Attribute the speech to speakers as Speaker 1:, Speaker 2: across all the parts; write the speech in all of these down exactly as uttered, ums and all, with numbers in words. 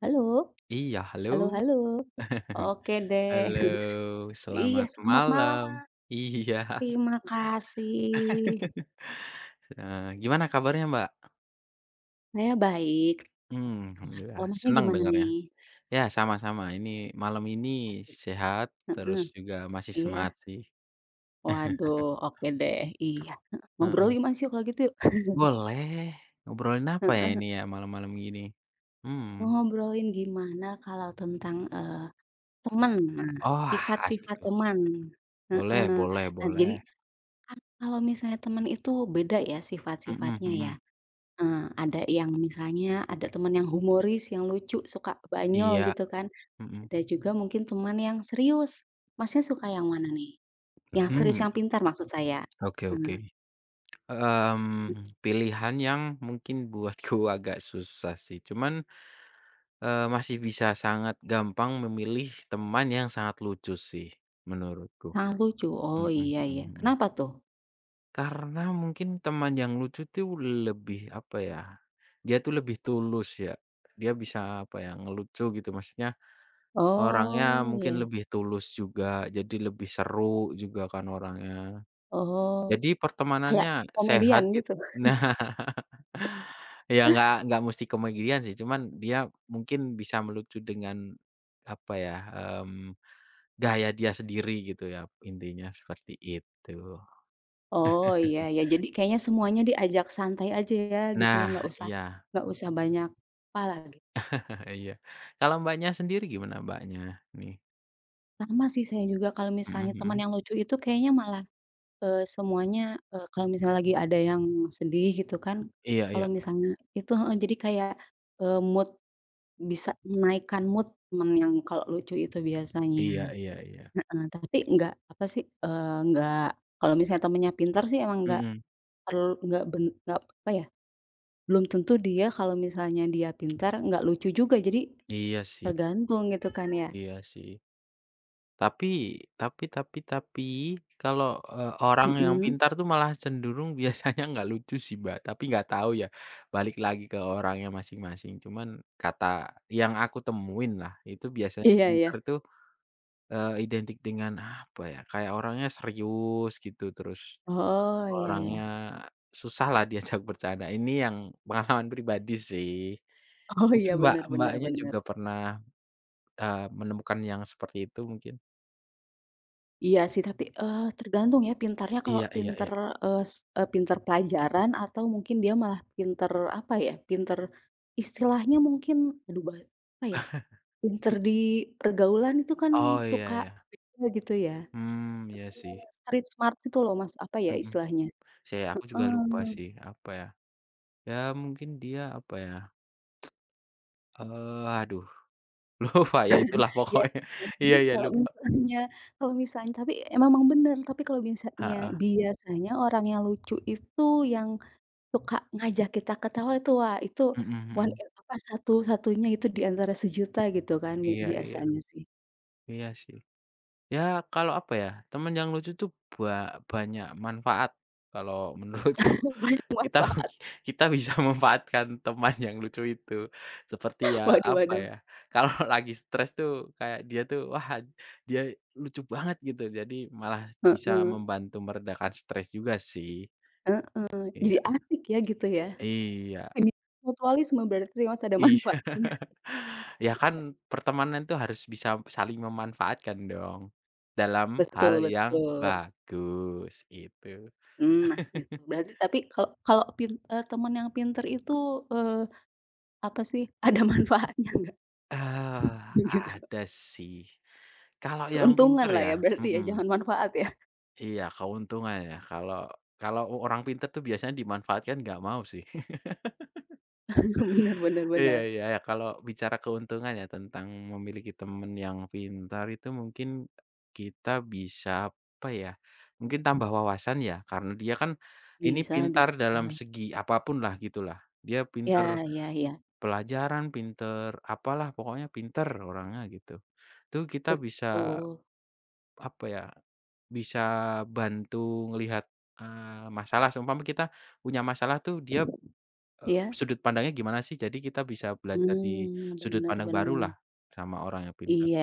Speaker 1: Halo?
Speaker 2: Iya,
Speaker 1: Halo
Speaker 2: halo.
Speaker 1: halo? Oke deh.
Speaker 2: Halo,
Speaker 1: Iya,
Speaker 2: selamat
Speaker 1: selamat malam,
Speaker 2: malam.
Speaker 1: Mas.
Speaker 2: Iya.
Speaker 1: Terima kasih.
Speaker 2: Eee, gimana kabarnya, Mbak?
Speaker 1: Saya baik,
Speaker 2: Mmm,
Speaker 1: alhamdulillah.
Speaker 2: alhamdulillah,
Speaker 1: Kalau Masnya
Speaker 2: senang
Speaker 1: gimana
Speaker 2: dengarnya.
Speaker 1: nih?
Speaker 2: Ya, sama-sama, ini malam ini
Speaker 1: Asik.
Speaker 2: sehat, terus
Speaker 1: Heeh,
Speaker 2: juga masih
Speaker 1: iya?
Speaker 2: semangat sih.
Speaker 1: Waduh, oke deh. Iya, heeh. Ngobrol
Speaker 2: Heeh.
Speaker 1: yuk, Mas, yuk kalau gitu yuk.
Speaker 2: Boleh, ngobrolin apa ya
Speaker 1: Heeh.
Speaker 2: ini ya, malam-malam gini? Hmm.
Speaker 1: Ngobrolin gimana kalau tentang, eee, teman, nah,
Speaker 2: Oh, asik
Speaker 1: sifat-sifat
Speaker 2: tuh.
Speaker 1: teman.
Speaker 2: Boleh
Speaker 1: Heeh.
Speaker 2: boleh
Speaker 1: Nah, jadi
Speaker 2: boleh.
Speaker 1: kan kalau misalnya teman itu beda ya
Speaker 2: Mhm
Speaker 1: sifat-sifatnya ya.
Speaker 2: mhm.
Speaker 1: Eee, ada yang misalnya ada teman yang humoris, yang lucu, suka banyol
Speaker 2: Iya,
Speaker 1: gitu kan.
Speaker 2: mhm.
Speaker 1: Ada juga mungkin teman yang serius. Masnya suka yang mana nih? Yang serius,
Speaker 2: hmm, Hmm,
Speaker 1: yang pintar maksud saya.
Speaker 2: oke oke.
Speaker 1: Eee, mmm,
Speaker 2: Mmm, pilihan yang mungkin buatku agak susah sih, cuman, eee, masih bisa sangat gampang memilih teman yang sangat lucu sih menurutku.
Speaker 1: sangat lucu. Oh,
Speaker 2: Mhm
Speaker 1: iya
Speaker 2: mhm
Speaker 1: iya.
Speaker 2: mhm.
Speaker 1: Kenapa tuh?
Speaker 2: Karena mungkin teman yang lucu tuh lebih, apa ya, dia tuh lebih tulus ya. Dia bisa, apa ya, ngelucu gitu, maksudnya orangnya
Speaker 1: Oh,
Speaker 2: mungkin
Speaker 1: iya.
Speaker 2: lebih tulus juga, jadi lebih seru juga kan orangnya.
Speaker 1: Oh,
Speaker 2: Jadi
Speaker 1: kayak
Speaker 2: pertemanannya
Speaker 1: komedian
Speaker 2: sehat git
Speaker 1: gitu?
Speaker 2: nah. Ya nggak nggak mesti komedian sih, cuman dia mungkin bisa melucu dengan, apa ya, mmm, gaya dia sendiri gitu ya, intinya seperti itu.
Speaker 1: Oh, iya iya. Jadi kayaknya semuanya diajak santai aja ya gitu ya, nggak
Speaker 2: Nah,
Speaker 1: usah
Speaker 2: iya,
Speaker 1: nggak usah banyak apa lagi.
Speaker 2: iya. Kalau Mbaknya sendiri gimana Mbaknya nih?
Speaker 1: Sama sih saya juga kalau
Speaker 2: Mhm
Speaker 1: misalnya teman
Speaker 2: mhm.
Speaker 1: yang lucu itu kayaknya malah Eee, semuanya, eee, kalau misalnya lagi ada yang sedih gitu kan,
Speaker 2: Iya
Speaker 1: kalau
Speaker 2: iya.
Speaker 1: misalnya itu heeh, jadi kayak, eee, mood bisa menaikkan mood temen yang kalau lucu itu biasanya.
Speaker 2: Iya iya iya.
Speaker 1: Heeh, tapi nggak apa sih, eee, nggak kalau misalnya temennya pintar sih emang nggak
Speaker 2: Mhm.
Speaker 1: perlu nggak ben nggak apa ya, belum tentu dia kalau misalnya dia pintar nggak lucu juga, jadi
Speaker 2: Iya sih
Speaker 1: tergantung gitu kan ya.
Speaker 2: iya sih. Tapi tapi tapi tapi, kalau, eee, orang yang Mhm.
Speaker 1: Mhm.
Speaker 2: pintar tuh malah cenderung biasanya nggak lucu sih, Mbak, tapi nggak tahu ya, balik lagi ke orangnya masing-masing. Cuman kata yang aku temuin lah, itu biasanya
Speaker 1: Iya
Speaker 2: pintar
Speaker 1: iya.
Speaker 2: tuh, eee, identik dengan apa ya, kayak orangnya serius gitu, terus
Speaker 1: Oh, iya iya.
Speaker 2: orangnya susah lah diajak bercanda. Ini yang pengalaman pribadi sih.
Speaker 1: Oh iya,
Speaker 2: Mungkin Mbak,
Speaker 1: bener bener
Speaker 2: Mbaknya
Speaker 1: bener.
Speaker 2: juga pernah, eee, menemukan yang seperti itu mungkin?
Speaker 1: Iya sih, tapi, eee, tergantung ya pintarnya kalau
Speaker 2: Iya iya
Speaker 1: pinter,
Speaker 2: iya.
Speaker 1: eee, s eee, pinter pelajaran atau mungkin dia malah pinter apa ya, pinter istilahnya mungkin aduh bah apa ya, pinter di pergaulan itu kan
Speaker 2: Oh,
Speaker 1: suka
Speaker 2: iya ya,
Speaker 1: beda gitu ya,
Speaker 2: Mmm, iya sih.
Speaker 1: street smart itu loh Mas, apa ya
Speaker 2: Mhm.
Speaker 1: istilahnya?
Speaker 2: Saya aku juga lupa
Speaker 1: Heeh,
Speaker 2: sih, apa ya, ya mungkin dia apa ya, eee, aduh lupa ya itulah
Speaker 1: iya.
Speaker 2: pokoknya.
Speaker 1: Jadi
Speaker 2: Iya iya
Speaker 1: kalau
Speaker 2: lupa.
Speaker 1: misalnya kalau misalnya tapi emang bener, tapi kalau misalnya
Speaker 2: Heeh.
Speaker 1: biasanya orang yang lucu itu yang suka ngajak kita ketawa itu, wah itu
Speaker 2: Mhm
Speaker 1: one
Speaker 2: mhm.
Speaker 1: in apa, satu-satunya itu di antara sejuta gitu kan bi
Speaker 2: Iya iya.
Speaker 1: biasanya sih.
Speaker 2: Iya sih. Ya kalau apa ya, teman yang lucu tuh ba banyak manfaat kalau menurutku.
Speaker 1: Banyak banget,
Speaker 2: Kita
Speaker 1: Pak.
Speaker 2: kita bisa memanfaatkan teman yang lucu itu. Seperti ya,
Speaker 1: Waduh
Speaker 2: apa
Speaker 1: waduh.
Speaker 2: ya, kalau lagi stres tuh kayak dia tuh, wah dia lucu banget gitu. Jadi malah bisa
Speaker 1: Heeh
Speaker 2: membantu meredakan stres juga sih.
Speaker 1: heeh. Jadi
Speaker 2: Iya
Speaker 1: asik ya gitu ya.
Speaker 2: iya
Speaker 1: Ini mutualisme berarti Mas ada
Speaker 2: iya.
Speaker 1: manfaatnya.
Speaker 2: Ya kan pertemanan tuh harus bisa saling memanfaatkan dong, dalam hal
Speaker 1: Betul
Speaker 2: yang
Speaker 1: betul.
Speaker 2: bagus itu.
Speaker 1: Mmm, nah gitu. Berarti tapi kalau kalau pin eee, teman yang pinter itu, eee, apa sih, ada manfaatnya nggak?
Speaker 2: Eee,
Speaker 1: Begitu.
Speaker 2: ada sih. Kalau yang pinter
Speaker 1: Keuntunganlah
Speaker 2: ya
Speaker 1: ya berarti ya,
Speaker 2: mhm.
Speaker 1: jangan manfaat ya.
Speaker 2: Iya, keuntungan ya, kalau kalau orang pintar tuh biasanya dimanfaatkan nggak mau sih.
Speaker 1: Bener bener
Speaker 2: Iya
Speaker 1: bener.
Speaker 2: iya, ya kalau bicara keuntungan ya tentang memiliki teman yang pintar itu mungkin kita bisa, apa ya, mungkin tambah wawasan ya, karena dia kan ini
Speaker 1: Bisa
Speaker 2: pintar dalam
Speaker 1: bisa.
Speaker 2: segi apapun lah, gitulah. Dia pintar
Speaker 1: Ya ya ya.
Speaker 2: pelajaran, pintar apalah, pokoknya pintar orangnya gitu. Tuh kita bisa,
Speaker 1: Betul,
Speaker 2: apa ya, bisa bantu ngelihat, eee, masalah seumpama kita punya masalah tuh dia, eee,
Speaker 1: iya,
Speaker 2: sudut pandangnya gimana sih, jadi kita bisa belajar di
Speaker 1: mmm,
Speaker 2: sudut
Speaker 1: bener
Speaker 2: pandang
Speaker 1: bener,
Speaker 2: barulah sama orang yang pintar.
Speaker 1: iya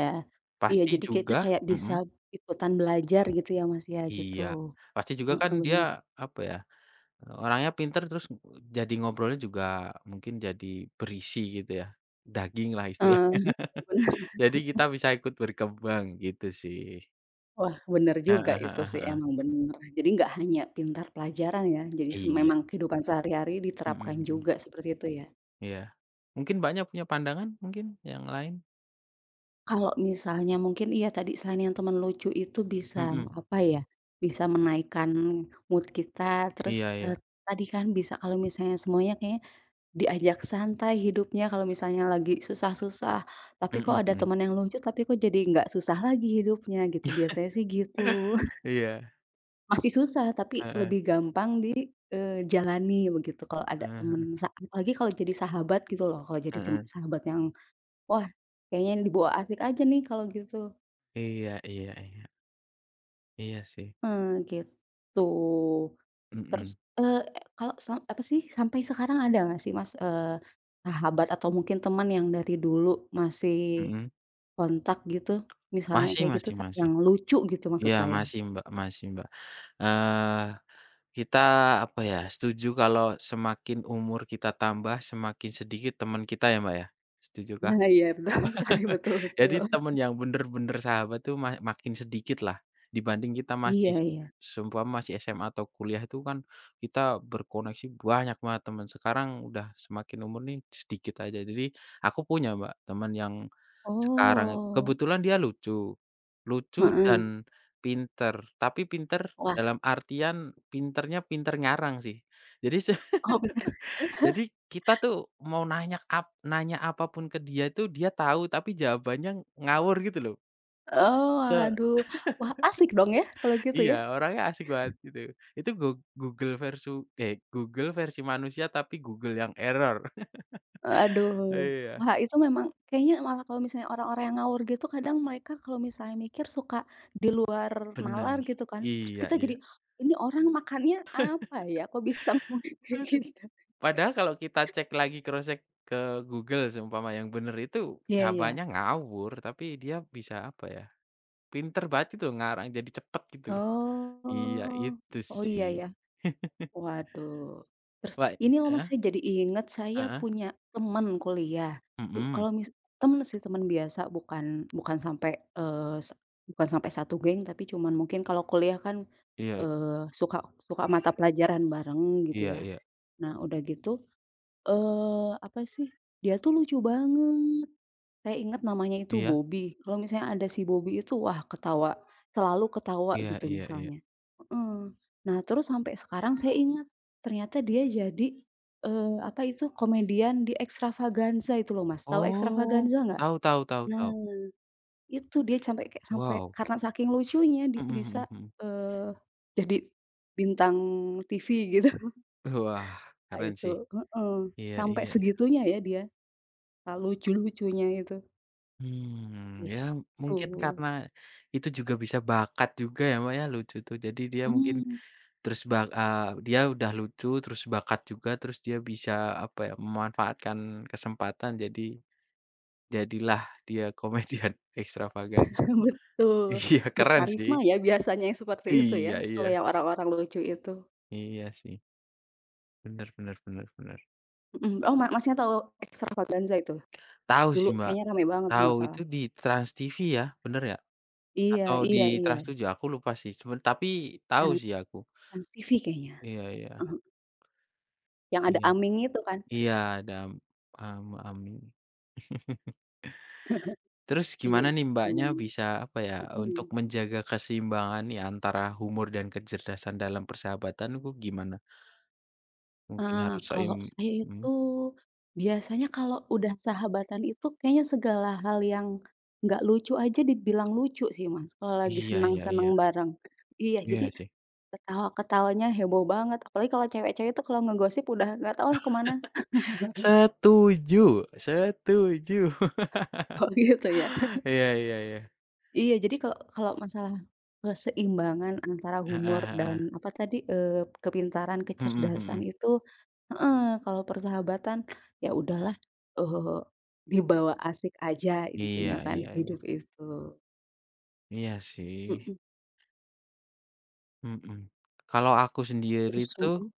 Speaker 1: iya
Speaker 2: Pasti
Speaker 1: jadi kita
Speaker 2: juga
Speaker 1: kayak bisa
Speaker 2: mhm,
Speaker 1: ikutan belajar gitu ya, Mas, ya gitu,
Speaker 2: iya, pasti juga kan
Speaker 1: heeh,
Speaker 2: dia
Speaker 1: bener,
Speaker 2: apa ya, orangnya pintar terus jadi ngobrolnya juga mungkin jadi berisi gitu ya, daging lah
Speaker 1: heeh,
Speaker 2: istilahnya.
Speaker 1: bener,
Speaker 2: Jadi kita bisa ikut berkembang gitu sih.
Speaker 1: wah bener
Speaker 2: Heeh
Speaker 1: juga itu
Speaker 2: heeh
Speaker 1: sih
Speaker 2: heeh.
Speaker 1: emang bener, jadi nggak hanya pintar pelajaran ya, jadi se
Speaker 2: Iya,
Speaker 1: memang kehidupan sehari-hari
Speaker 2: mhm
Speaker 1: diterapkan
Speaker 2: mhm.
Speaker 1: juga seperti itu ya.
Speaker 2: Iya. Mungkin Mbaknya punya pandangan mungkin yang lain?
Speaker 1: Kalau misalnya mungkin iya tadi selain yang teman lucu itu bisa
Speaker 2: Mhm.
Speaker 1: apa ya, bisa menaikkan mood kita terus,
Speaker 2: Iya
Speaker 1: eee,
Speaker 2: iya.
Speaker 1: tadi kan bisa kalau misalnya semuanya kayaknya diajak santai hidupnya kalau misalnya lagi susah-susah, tapi kok
Speaker 2: Mhm
Speaker 1: ada
Speaker 2: mhm.
Speaker 1: teman yang lucu, tapi kok jadi nggak susah lagi hidupnya gitu, biasanya sih gitu.
Speaker 2: Iya.
Speaker 1: Masih susah, tapi
Speaker 2: Heeh.
Speaker 1: lebih gampang di, eee, jalani begitu kalau ada
Speaker 2: Heeh
Speaker 1: teman sa apalagi kalau jadi sahabat gitu loh, kalau jadi
Speaker 2: heeh
Speaker 1: tem
Speaker 2: heeh.
Speaker 1: sahabat yang, wah kayaknya dibawa asik aja nih kalau gitu,
Speaker 2: Iya iya iya. Iya sih.
Speaker 1: heeh, gitu. Terus,
Speaker 2: Mhm.
Speaker 1: eee, kalau sam apa sih, sampai sekarang ada nggak sih Mas, eee, sahabat atau mungkin teman yang dari dulu masih
Speaker 2: Mhm.
Speaker 1: kontak gitu, misalnya
Speaker 2: Masih
Speaker 1: kayak gitu
Speaker 2: masih
Speaker 1: ta
Speaker 2: masih.
Speaker 1: yang lucu gitu maksud
Speaker 2: Iya
Speaker 1: saya.
Speaker 2: masih, Mbak, masih, Mbak. Eee, Kita apa ya, setuju kalau semakin umur kita tambah, semakin sedikit teman kita ya, Mbak, ya? Setujukah?
Speaker 1: Nah iya betul sekali, betul betul.
Speaker 2: Jadi temen yang bener-bener sahabat tuh ma makin sedikit lah. Dibanding kita masih
Speaker 1: Iya iya.
Speaker 2: seumpama masih S M A atau kuliah itu kan kita berkoneksi banyak banget teman sekarang udah semakin umur nih sedikit aja. Jadi aku punya Mbak teman yang sekarang itu
Speaker 1: Oh.
Speaker 2: kebetulan dia lucu, lucu
Speaker 1: Heeh.
Speaker 2: dan pinter, tapi pinter
Speaker 1: Wah.
Speaker 2: dalam artian pinternya pinter ngarang sih. Jadi
Speaker 1: Oh bener.
Speaker 2: jadi kita tuh mau nanya ap nanya apapun ke dia tuh dia tahu tapi jawabannya ngawur gitu loh.
Speaker 1: Oh
Speaker 2: Se
Speaker 1: aduh. Wah asik dong ya kalau gitu
Speaker 2: iya
Speaker 1: ya?
Speaker 2: orangnya asik banget gitu. Itu go Google versu eh Google versi manusia tapi Google yang error.
Speaker 1: Aduh.
Speaker 2: Iya.
Speaker 1: Wah itu memang kayaknya malah kalau misalnya orang-orang yang ngawur gitu kadang mereka kalau misalnya mikir suka di luar nalar
Speaker 2: Bener.
Speaker 1: gitu kan. Terus
Speaker 2: Iya
Speaker 1: kita jadi,
Speaker 2: iya.
Speaker 1: "Ini orang makannya apa ya? Kok bisa ngomong kayak gitu?"
Speaker 2: Padahal kalau kita cek lagi cross check ke Google seumpama yang bener itu
Speaker 1: Iya
Speaker 2: jawabannya
Speaker 1: iya.
Speaker 2: ngawur tapi dia bisa apa ya, pinter banget gitu loh ngarang jadi cepet gitu loh. Iya
Speaker 1: Oh.
Speaker 2: itu
Speaker 1: Oh iya
Speaker 2: sih.
Speaker 1: ya. Waduh. Terus
Speaker 2: Wah
Speaker 1: ini loh Mas,
Speaker 2: heeh?
Speaker 1: saya jadi inget saya
Speaker 2: Heeh?
Speaker 1: punya teman kuliah. Du
Speaker 2: Mhm,
Speaker 1: kalau mis Temen sih, teman biasa bukan bukan sampai, eee, se bukan sampai satu geng, tapi cuman mungkin kalau kuliah kan,
Speaker 2: iya
Speaker 1: eee, suka suka mata pelajaran bareng gitu
Speaker 2: iya
Speaker 1: ya.
Speaker 2: iya
Speaker 1: Nah udah gitu, eee, apa sih, dia tuh lucu banget. Saya inget namanya itu
Speaker 2: iya
Speaker 1: Bobby. Kalau misalnya ada si Bobby itu, wah ketawa, selalu ketawa
Speaker 2: iya
Speaker 1: gitu
Speaker 2: iya iya.
Speaker 1: misalnya. Heeh. Nah terus sampai sekarang saya ingat, ternyata dia jadi, eee, apa itu, komedian di Extravaganza itu loh Mas, tahu
Speaker 2: Oh,
Speaker 1: Extravaganza nggak?
Speaker 2: tahu tahu tahu
Speaker 1: Nah
Speaker 2: tahu.
Speaker 1: itu dia sampai kayak sampai
Speaker 2: Wow,
Speaker 1: karena saking lucunya dia
Speaker 2: mhm mhm
Speaker 1: bisa,
Speaker 2: mhm.
Speaker 1: eee, jadi bintang T V gitu.
Speaker 2: Wah,
Speaker 1: Nah
Speaker 2: keren
Speaker 1: itu
Speaker 2: sih.
Speaker 1: heeh,
Speaker 2: Iya
Speaker 1: sampai
Speaker 2: iya iya.
Speaker 1: segitunya ya dia, ah, lucu-lucunya itu,
Speaker 2: Mmm,
Speaker 1: itu
Speaker 2: ya mungkin karena itu juga bisa bakat juga ya, Mbak, ya, lucu tuh. Jadi dia mungkin terus bak eee, dia udah lucu, terus bakat juga, terus dia bisa, apa ya, memanfaatkan kesempatan jadi jadilah dia komedian ekstravaganza.
Speaker 1: betul,
Speaker 2: Iya, keren
Speaker 1: berkarisma
Speaker 2: sih.
Speaker 1: ya biasanya yang seperti itu ya,
Speaker 2: Iya
Speaker 1: kalau
Speaker 2: iya.
Speaker 1: yang orang-orang lucu itu,
Speaker 2: Iya sih. Bener bener bener bener.
Speaker 1: mhm, oh, Ma Masnya tahu Extravaganza itu?
Speaker 2: Tahu
Speaker 1: Dulu
Speaker 2: sih, Mbak,
Speaker 1: kayaknya rame banget kalau
Speaker 2: tahu
Speaker 1: nggak
Speaker 2: itu
Speaker 1: salah.
Speaker 2: di Trans T V ya, bener ya?
Speaker 1: Iya
Speaker 2: Atau
Speaker 1: iya
Speaker 2: di
Speaker 1: iya,
Speaker 2: trans tujuh aku lupa sih, cuman tapi tahu
Speaker 1: Trans
Speaker 2: sih aku.
Speaker 1: Trans tv kayaknya,
Speaker 2: Iya iya,
Speaker 1: mhm, yang ada
Speaker 2: iya
Speaker 1: Aming itu kan?
Speaker 2: iya, ada Am Amin. Terus
Speaker 1: Iya
Speaker 2: gimana
Speaker 1: itu
Speaker 2: nih
Speaker 1: sih
Speaker 2: Mbaknya
Speaker 1: memang,
Speaker 2: bisa, apa ya, untuk
Speaker 1: mhm,
Speaker 2: menjaga keseimbangan nih antara humor dan kecerdasan dalam persahabatan itu gimana? Mungkin
Speaker 1: eee,
Speaker 2: harus
Speaker 1: kalau
Speaker 2: seim
Speaker 1: saya
Speaker 2: mhm,
Speaker 1: itu biasanya kalau udah sahabatan itu kayaknya segala hal yang nggak lucu aja dibilang lucu sih, Mas, kalau lagi
Speaker 2: iya iya
Speaker 1: senang-senang
Speaker 2: iya,
Speaker 1: bareng. Iya, jadi
Speaker 2: iya sih.
Speaker 1: ketawa-ketawanya heboh banget, apalagi kalau cewek-cewek itu kalau ngegosip udah nggak tahulah lah kemana.
Speaker 2: Setuju setuju.
Speaker 1: Oh gitu ya?
Speaker 2: Iya iya iya.
Speaker 1: Iya jadi kalau kalau masalah keseimbangan antara
Speaker 2: Heeh
Speaker 1: humor dan
Speaker 2: heeh.
Speaker 1: apa tadi, eee, kepintaran,
Speaker 2: Mhm
Speaker 1: kecerdasan
Speaker 2: mhm.
Speaker 1: itu heeh, kalau persahabatan ya udahlah, eee, dibawa asik aja
Speaker 2: Iya
Speaker 1: intinya kan
Speaker 2: iya iya.
Speaker 1: hidup itu.
Speaker 2: Iya sih,
Speaker 1: Mhm,
Speaker 2: mhm. Kalau aku
Speaker 1: terus
Speaker 2: sendiri tuh
Speaker 1: mhm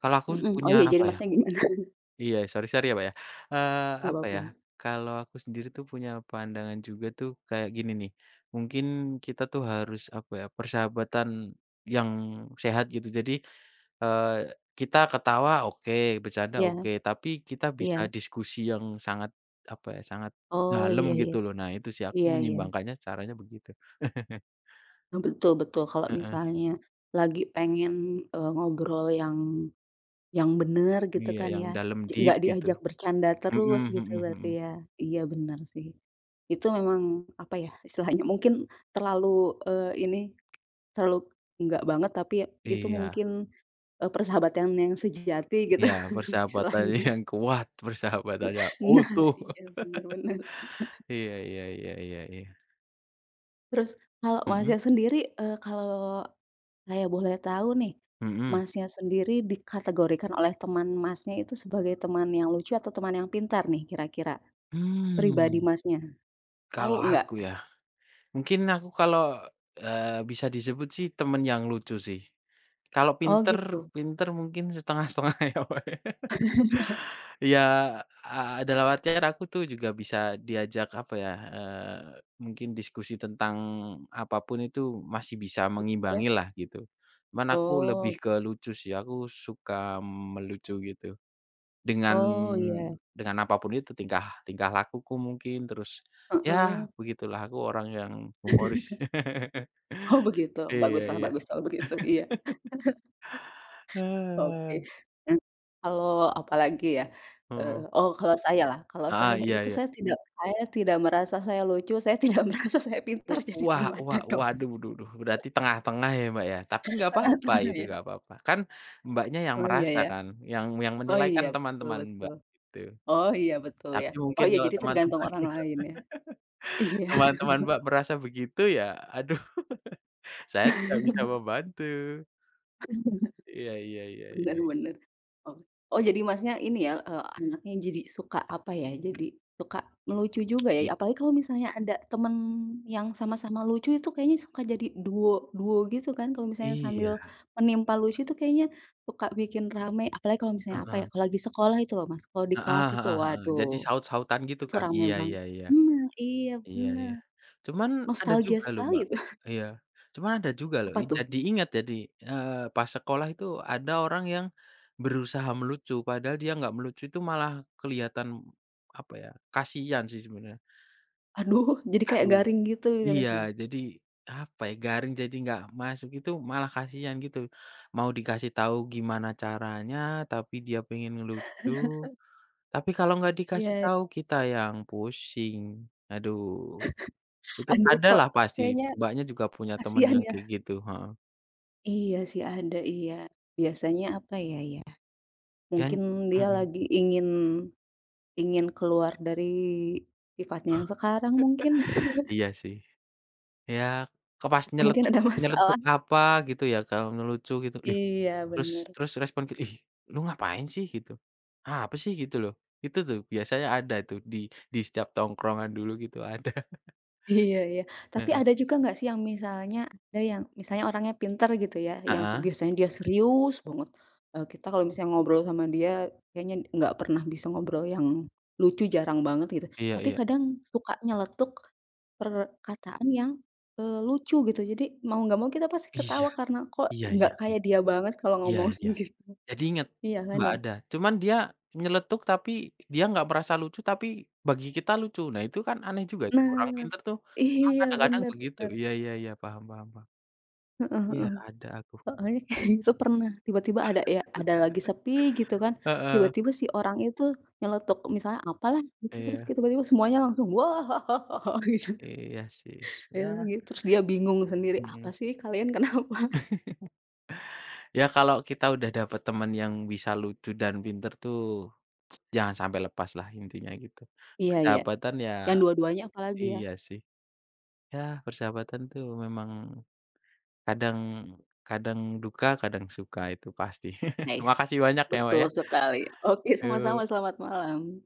Speaker 2: kalau aku
Speaker 1: mhm. Oh
Speaker 2: punya
Speaker 1: iya jadi
Speaker 2: apa ya
Speaker 1: Masnya gimana?
Speaker 2: iya, sorry sorry ya, Mbak, ya, eee,
Speaker 1: Nggak
Speaker 2: apa
Speaker 1: apa-apa.
Speaker 2: ya, kalau aku sendiri tuh punya pandangan juga tuh kayak gini nih, mungkin kita tuh harus apa ya, persahabatan yang sehat gitu. Jadi, eee, kita ketawa oke, bercanda
Speaker 1: Iya
Speaker 2: oke, tapi kita bisa
Speaker 1: iya.
Speaker 2: diskusi yang sangat apa ya, sangat
Speaker 1: Oh
Speaker 2: dalam
Speaker 1: iya iya.
Speaker 2: gitu loh. Nah itu sih, aku
Speaker 1: Iya iya.
Speaker 2: menyimbangkannya caranya begitu.
Speaker 1: Eee, betul betul, kalau
Speaker 2: Heeh.
Speaker 1: misalnya lagi pengen, eee, ngobrol yang yang bener gitu
Speaker 2: Iya,
Speaker 1: kan
Speaker 2: yang
Speaker 1: ya,
Speaker 2: dalam
Speaker 1: ja
Speaker 2: deep
Speaker 1: nggak
Speaker 2: gitu.
Speaker 1: diajak bercanda
Speaker 2: Mhm
Speaker 1: terus
Speaker 2: mhm
Speaker 1: gitu
Speaker 2: mhm.
Speaker 1: berarti ya? Iya bener sih. Itu memang, apa ya, istilahnya mungkin terlalu, eee, ini, terlalu enggak banget tapi itu
Speaker 2: Iya
Speaker 1: mungkin, eee, persahabatan yang sejati gitu
Speaker 2: iya, persahabatan yang
Speaker 1: istilahnya.
Speaker 2: kuat, persahabatan yang
Speaker 1: Nah,
Speaker 2: utuh.
Speaker 1: iya bener bener.
Speaker 2: Iya iya iya iya iya.
Speaker 1: Terus kalau
Speaker 2: Mhm
Speaker 1: Masnya sendiri, eee, kalau saya boleh tahu nih,
Speaker 2: mhm.
Speaker 1: Masnya sendiri dikategorikan oleh teman Masnya itu sebagai teman yang lucu atau teman yang pintar nih kira-kira? Pribadi
Speaker 2: Mmm,
Speaker 1: Masnya,
Speaker 2: Kalau
Speaker 1: tahu
Speaker 2: aku
Speaker 1: nggak?
Speaker 2: ya, mungkin aku kalau, eee, bisa disebut sih temen yang lucu sih. Kalau
Speaker 1: Oh
Speaker 2: pinter
Speaker 1: gitu,
Speaker 2: pinter mungkin setengah-setengah ya, Mbak, ya. Iya, a ada lewatnya aku tuh juga bisa diajak apa ya, eee, mungkin diskusi tentang apapun itu masih bisa
Speaker 1: ya?
Speaker 2: mengimbangi lah gitu. Cuman aku lebih
Speaker 1: Oh
Speaker 2: ke lucu sih, aku suka melucu gitu. Dengan
Speaker 1: oh iya,
Speaker 2: dengan apapun itu, tingkah tingkah lakuku mungkin, terus ya
Speaker 1: heeh.
Speaker 2: begitulah aku orang yang humoris.
Speaker 1: Oh begitu,
Speaker 2: Iya
Speaker 1: baguslah
Speaker 2: iya.
Speaker 1: bagus kalau begitu, iya, oke.
Speaker 2: Ah,
Speaker 1: Nah, kalau apalagi ya, eee,
Speaker 2: Heeh.
Speaker 1: oh kalau saya lah, kalau
Speaker 2: Heeh,
Speaker 1: saya
Speaker 2: iya
Speaker 1: itu
Speaker 2: iya.
Speaker 1: saya tidak saya tidak merasa saya lucu, saya tidak merasa saya
Speaker 2: U
Speaker 1: pintar, jadi
Speaker 2: Wah
Speaker 1: gimana
Speaker 2: wah
Speaker 1: dong?
Speaker 2: waduh duh duh, berarti tengah-tengah ya, Mbak, ya? Tapi nggak apa-apa
Speaker 1: Tengah-tengah
Speaker 2: itu,
Speaker 1: ya?
Speaker 2: nggak apa-apa. Kan Mbaknya yang
Speaker 1: Oh iya
Speaker 2: merasa
Speaker 1: ya?
Speaker 2: kan, yang yang
Speaker 1: Oh
Speaker 2: menilai
Speaker 1: iya,
Speaker 2: kan
Speaker 1: betul
Speaker 2: teman-teman
Speaker 1: betul.
Speaker 2: Mbak, gitu.
Speaker 1: Oh iya betul ya.
Speaker 2: Tapi
Speaker 1: Oh
Speaker 2: mungkin
Speaker 1: iya
Speaker 2: kalau
Speaker 1: jadi tergantung
Speaker 2: teman-teman
Speaker 1: orang lain ya. Iya
Speaker 2: teman-teman Mbak merasa begitu ya, aduh saya tidak bisa membantu. Iya iya iya iya.
Speaker 1: benar-benar. Oh oh jadi Masnya ini ya, eee, anaknya jadi suka apa ya, jadi suka melucu juga
Speaker 2: I
Speaker 1: ya, apalagi kalau misalnya ada temen yang sama-sama lucu itu kayaknya suka jadi duo duo gitu kan kalau misalnya sambil
Speaker 2: iya,
Speaker 1: menimpa lucu itu kayaknya suka bikin rame, apalagi kalau misalnya apa ya,
Speaker 2: heeh.
Speaker 1: kalau lagi sekolah itu loh Mas, kalau di kelas
Speaker 2: Heeh
Speaker 1: itu
Speaker 2: heeh heeh. Jadi
Speaker 1: waduh
Speaker 2: saut-sautan gitu
Speaker 1: itu
Speaker 2: kan?
Speaker 1: rame
Speaker 2: Iya
Speaker 1: banget.
Speaker 2: iya iya.
Speaker 1: Bener, iya
Speaker 2: Iya iya.
Speaker 1: benar.
Speaker 2: Cuman ada
Speaker 1: Nostalgia
Speaker 2: juga loh,
Speaker 1: sekali
Speaker 2: Mbak
Speaker 1: itu.
Speaker 2: iya, cuman ada juga loh,
Speaker 1: Apa
Speaker 2: i
Speaker 1: tuh?
Speaker 2: jadi ingat jadi, eee, pas sekolah itu ada orang yang berusaha melucu, padahal dia nggak melucu itu malah kelihatan, apa ya, kasihan sih sebenarnya.
Speaker 1: Aduh, jadi kayak
Speaker 2: Aduh
Speaker 1: garing gitu ya, Mas,
Speaker 2: iya,
Speaker 1: ya?
Speaker 2: jadi, apa ya, garing jadi nggak masuk itu malah kasihan gitu. Mau dikasih tahu gimana caranya, tapi dia pengen ngelucu, tapi kalau nggak dikasih
Speaker 1: Iya.
Speaker 2: tahu kita yang pusing, aduh. Itu
Speaker 1: Aduh, kok
Speaker 2: adalah pasti,
Speaker 1: kayaknya
Speaker 2: Mbaknya juga punya temen
Speaker 1: kasihan
Speaker 2: yang
Speaker 1: ya?
Speaker 2: kayak gitu, heeh.
Speaker 1: Iya sih ada, iya. Biasanya apa ya ya, mungkin
Speaker 2: Dan
Speaker 1: dia
Speaker 2: mhm,
Speaker 1: lagi ingin ingin keluar dari sifatnya yang sekarang mungkin.
Speaker 2: iya sih. Ya, ke pas
Speaker 1: Mungkin
Speaker 2: nyeletuk
Speaker 1: ada masalah.
Speaker 2: nyeletuk apa gitu ya, kalau ngelucu gitu, "Lih,"
Speaker 1: Iya,
Speaker 2: terus
Speaker 1: bener.
Speaker 2: terus respon ki "Ih, lu ngapain sih?" Gitu, "Apa sih?" Gitu loh. Itu tuh biasanya ada tuh di di setiap tongkrongan dulu gitu ada.
Speaker 1: Iya iya. Tapi
Speaker 2: Heeh.
Speaker 1: ada juga nggak sih yang misalnya ada yang misalnya orangnya pinter gitu ya, yang se
Speaker 2: Heeh,
Speaker 1: biasanya dia serius banget, eee, kita kalau misalnya ngobrol sama dia kayaknya nggak pernah bisa ngobrol yang lucu, jarang banget gitu.
Speaker 2: iya
Speaker 1: Tapi
Speaker 2: iya.
Speaker 1: kadang suka nyeletuk perkataan yang, eee, lucu gitu. Jadi mau nggak mau kita pasti
Speaker 2: Iya,
Speaker 1: ketawa karena kok
Speaker 2: iya iya,
Speaker 1: nggak kayak
Speaker 2: bener.
Speaker 1: dia banget kalau
Speaker 2: Iya
Speaker 1: ngomong
Speaker 2: iya.
Speaker 1: gitu,
Speaker 2: Jadi inget,
Speaker 1: iya kan
Speaker 2: Mbak,
Speaker 1: ya?
Speaker 2: ada. Cuman dia nyeletuk tapi dia nggak merasa lucu, tapi bagi kita lucu. Nah, itu kan aneh juga itu, orang
Speaker 1: Nah,
Speaker 2: pinter tuh emang
Speaker 1: iya
Speaker 2: kadang-kadang
Speaker 1: bener
Speaker 2: begitu.
Speaker 1: benar
Speaker 2: Iya iya iya, paham paham paham. Iya, ada aku.
Speaker 1: heeh, ini kayak gitu pernah, tiba-tiba ada ya ada lagi sepi gitu kan,
Speaker 2: Heeh,
Speaker 1: tiba-tiba si orang itu nyeletuk misalnya apalah gitu, terus
Speaker 2: iya
Speaker 1: tiba-tiba semuanya langsung, "Wah," gitu,
Speaker 2: iya sih. Ya,
Speaker 1: biasanya gitu. Terus dia bingung sendiri, "Apa
Speaker 2: mhm.
Speaker 1: sih kalian kenapa?"
Speaker 2: Ya kalau kita udah dapet temen yang bisa lucu dan pinter tuh jangan sampai lepas lah intinya gitu.
Speaker 1: Iya iya,
Speaker 2: Persahabatan ya
Speaker 1: yang dua-duanya apalagi ya?
Speaker 2: iya sih. Ya, persahabatan tuh memang kadang kadang duka, kadang suka itu pasti.
Speaker 1: Nice,
Speaker 2: Makasih banyak ya, Mbak,
Speaker 1: betul
Speaker 2: ya.
Speaker 1: sekali. Oke,
Speaker 2: Eee
Speaker 1: sama-sama, selamat malam.